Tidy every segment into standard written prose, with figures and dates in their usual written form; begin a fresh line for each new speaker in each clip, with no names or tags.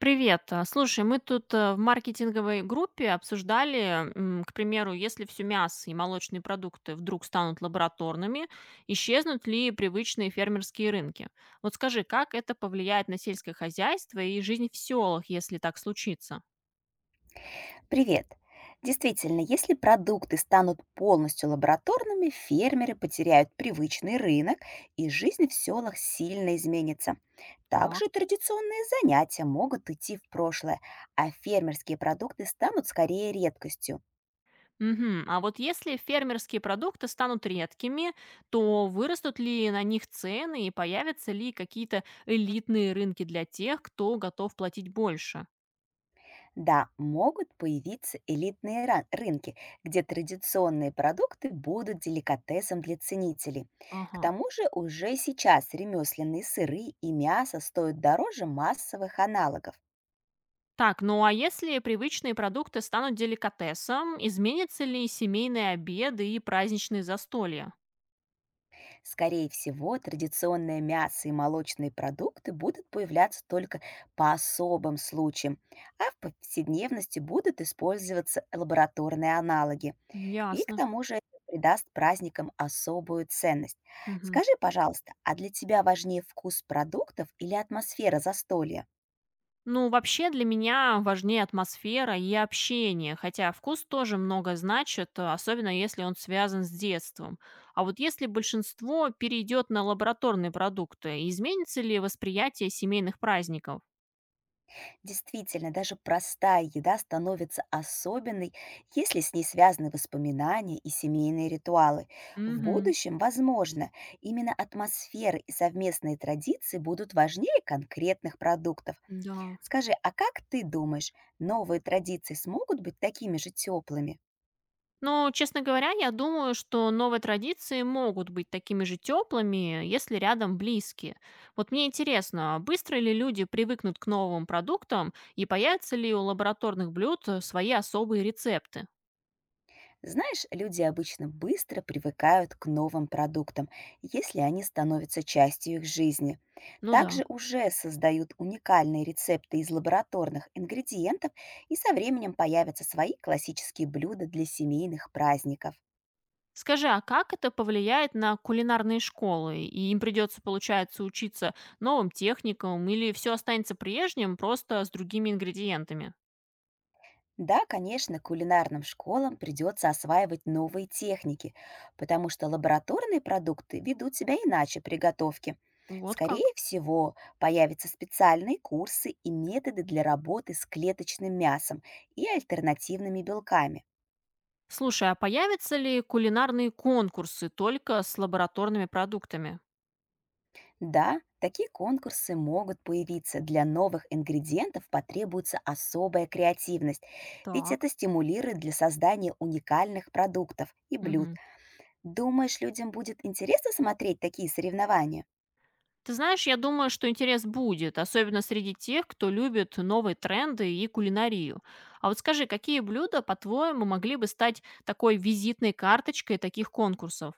Привет. Слушай, мы тут в маркетинговой группе обсуждали, к примеру, если все мясо и молочные продукты вдруг станут лабораторными, исчезнут ли привычные фермерские рынки? Вот скажи, как это повлияет на сельское хозяйство и жизнь в селах, если так случится?
Привет! Действительно, если продукты станут полностью лабораторными, фермеры потеряют привычный рынок, и жизнь в селах сильно изменится.
Так.
Также традиционные занятия могут уйти в прошлое, а фермерские продукты станут скорее редкостью.
Мгм. А вот если фермерские продукты станут редкими, то вырастут ли на них цены и появятся ли какие-то элитные рынки для тех, кто готов платить больше?
Да, могут появиться элитные рынки, где традиционные продукты будут деликатесом для ценителей. К
Ага.
тому же уже сейчас ремесленные сыры и мясо стоят дороже массовых аналогов.
Так, ну а если привычные продукты станут деликатесом, изменятся ли семейные обеды и праздничные застолья?
Скорее всего, традиционное мясо и молочные продукты будут появляться только по особым случаям, а в повседневности будут использоваться лабораторные аналоги. И к
Ясно.
тому же это придаст праздникам особую ценность.
Мгм.
Скажи, пожалуйста, а для тебя важнее вкус продуктов или атмосфера застолья?
Ну, вообще для меня важнее атмосфера и общение, хотя вкус тоже много значит, особенно если он связан с детством. А вот если большинство перейдет на лабораторные продукты, изменится ли восприятие семейных праздников?
Действительно, даже простая еда становится особенной, если с ней связаны воспоминания и семейные ритуалы. В
Угу.
будущем, возможно, именно атмосферы и совместные традиции будут важнее конкретных продуктов.
Да.
Скажи, а как ты думаешь, новые традиции смогут быть такими же теплыми?
Но, честно говоря, я думаю, что новые традиции могут быть такими же теплыми, если рядом близкие. Вот мне интересно, а быстро ли люди привыкнут к новым продуктам и появятся ли у лабораторных блюд свои особые рецепты?
Знаешь, люди обычно быстро привыкают к новым продуктам, если они становятся частью их жизни.
Ну да.
Также уже создают уникальные рецепты из лабораторных ингредиентов и со временем появятся свои классические блюда для семейных праздников.
Скажи, а как это повлияет на кулинарные школы? И им придется, получается, учиться новым техникам или все останется прежним, просто с другими ингредиентами?
Да, конечно, кулинарным школам придется осваивать новые техники, потому что лабораторные продукты ведут себя иначе при готовке.
Вот
Скорее
как?
всего, появятся специальные курсы и методы для работы с клеточным мясом и альтернативными белками.
Слушай, а появятся ли кулинарные конкурсы только с лабораторными продуктами?
Да, такие конкурсы могут появиться. Для новых ингредиентов потребуется особая креативность, ведь это
Так.
стимулирует для создания уникальных продуктов и блюд.
Мгм.
Думаешь, людям будет интересно смотреть такие соревнования?
Ты знаешь, я думаю, что интерес будет, особенно среди тех, кто любит новые тренды и кулинарию. А вот скажи, какие блюда, по-твоему, могли бы стать такой визитной карточкой таких конкурсов?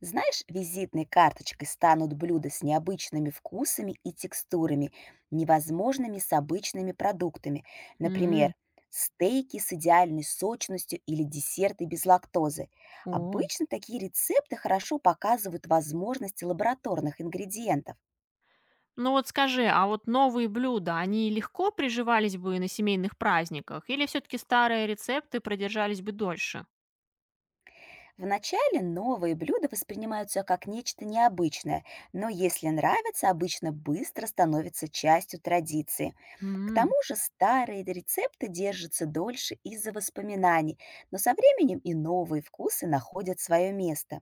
Знаешь, визитной карточкой станут блюда с необычными вкусами и текстурами, невозможными с обычными продуктами.
М,
Например, стейки с идеальной сочностью или десерты без лактозы.
О.
Обычно такие рецепты хорошо показывают возможности лабораторных ингредиентов.
Ну вот скажи, а вот новые блюда, они легко приживались бы на семейных праздниках, или все-таки старые рецепты продержались бы дольше?
Вначале новые блюда воспринимаются как нечто необычное, но если нравится, обычно быстро становится частью традиции. К тому
М.
же старые рецепты держатся дольше из-за воспоминаний, но со временем и новые вкусы находят свое место.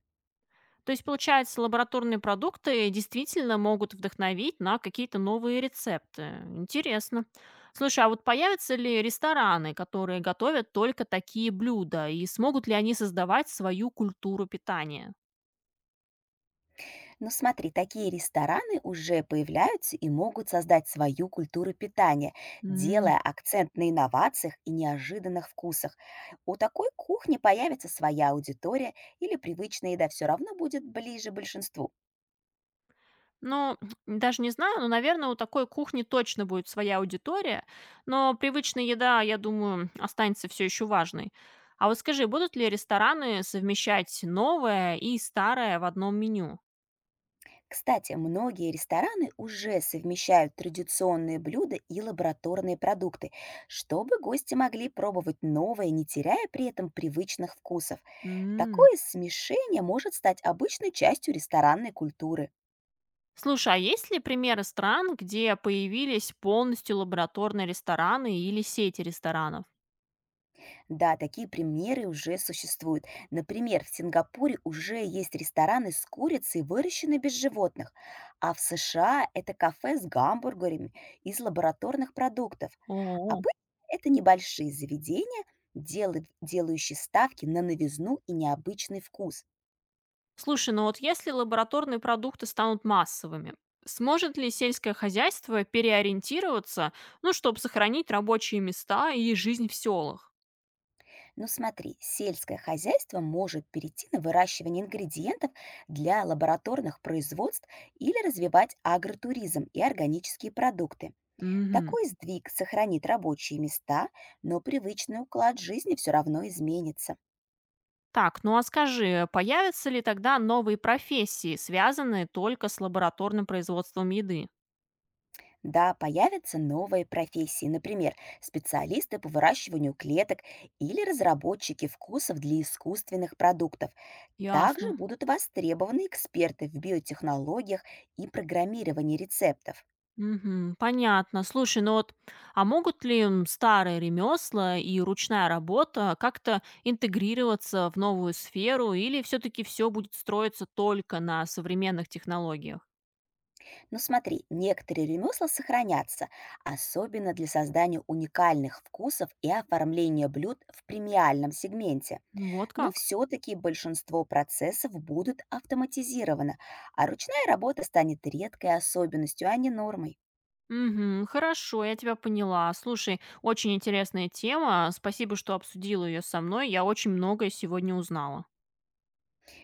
То есть, получается, лабораторные продукты действительно могут вдохновить на какие-то новые рецепты. Интересно. Слушай, а вот появятся ли рестораны, которые готовят только такие блюда, и смогут ли они создавать свою культуру питания?
Но смотри, такие рестораны уже появляются и могут создать свою культуру питания,
М,
делая акцент на инновациях и неожиданных вкусах. У такой кухни появится своя аудитория или привычная еда все равно будет ближе большинству.
Ну, даже не знаю, но, наверное, у такой кухни точно будет своя аудитория, но привычная еда, я думаю, останется все еще важной. А вот скажи, будут ли рестораны совмещать новое и старое в одном меню?
Кстати, многие рестораны уже совмещают традиционные блюда и лабораторные продукты, чтобы гости могли пробовать новое, не теряя при этом привычных вкусов.
М.
Такое смешение может стать обычной частью ресторанной культуры.
Слушай, а есть ли примеры стран, где появились полностью лабораторные рестораны или сети ресторанов?
Да, такие примеры уже существуют. Например, в Сингапуре уже есть рестораны с курицей, выращенной без животных, а в США это кафе с гамбургерами из лабораторных продуктов.
О,
Обычно это небольшие заведения, делающие ставки на новизну и необычный вкус.
слушай, ну вот если лабораторные продукты станут массовыми, сможет ли сельское хозяйство переориентироваться, ну, чтобы сохранить рабочие места и жизнь в селах?
Но смотри, сельское хозяйство может перейти на выращивание ингредиентов для лабораторных производств или развивать агротуризм и органические продукты.
Мгм.
Такой сдвиг сохранит рабочие места, но привычный уклад жизни все равно изменится.
Так, ну а скажи, появятся ли тогда новые профессии, связанные только с лабораторным производством еды?
Да, появятся новые профессии, например, специалисты по выращиванию клеток или разработчики вкусов для искусственных продуктов. Также
Ясно.
будут востребованы эксперты в биотехнологиях и программировании рецептов.
Мгм. Понятно. Слушай, ну вот, а могут ли старые ремесла и ручная работа как-то интегрироваться в новую сферу, или все-таки все будет строиться только на современных технологиях?
Но смотри, некоторые ремесла сохранятся, особенно для создания уникальных вкусов и оформления блюд в премиальном сегменте.
Ну вот
Но
как?
все-таки большинство процессов будут автоматизировано, а ручная работа станет редкой особенностью, а не нормой.
Мгм. Хорошо, я тебя поняла. Слушай, очень интересная тема. Спасибо, что обсудила ее со мной. Я очень многое сегодня узнала.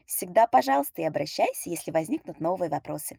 Всегда, пожалуйста, и обращайся, если возникнут новые вопросы.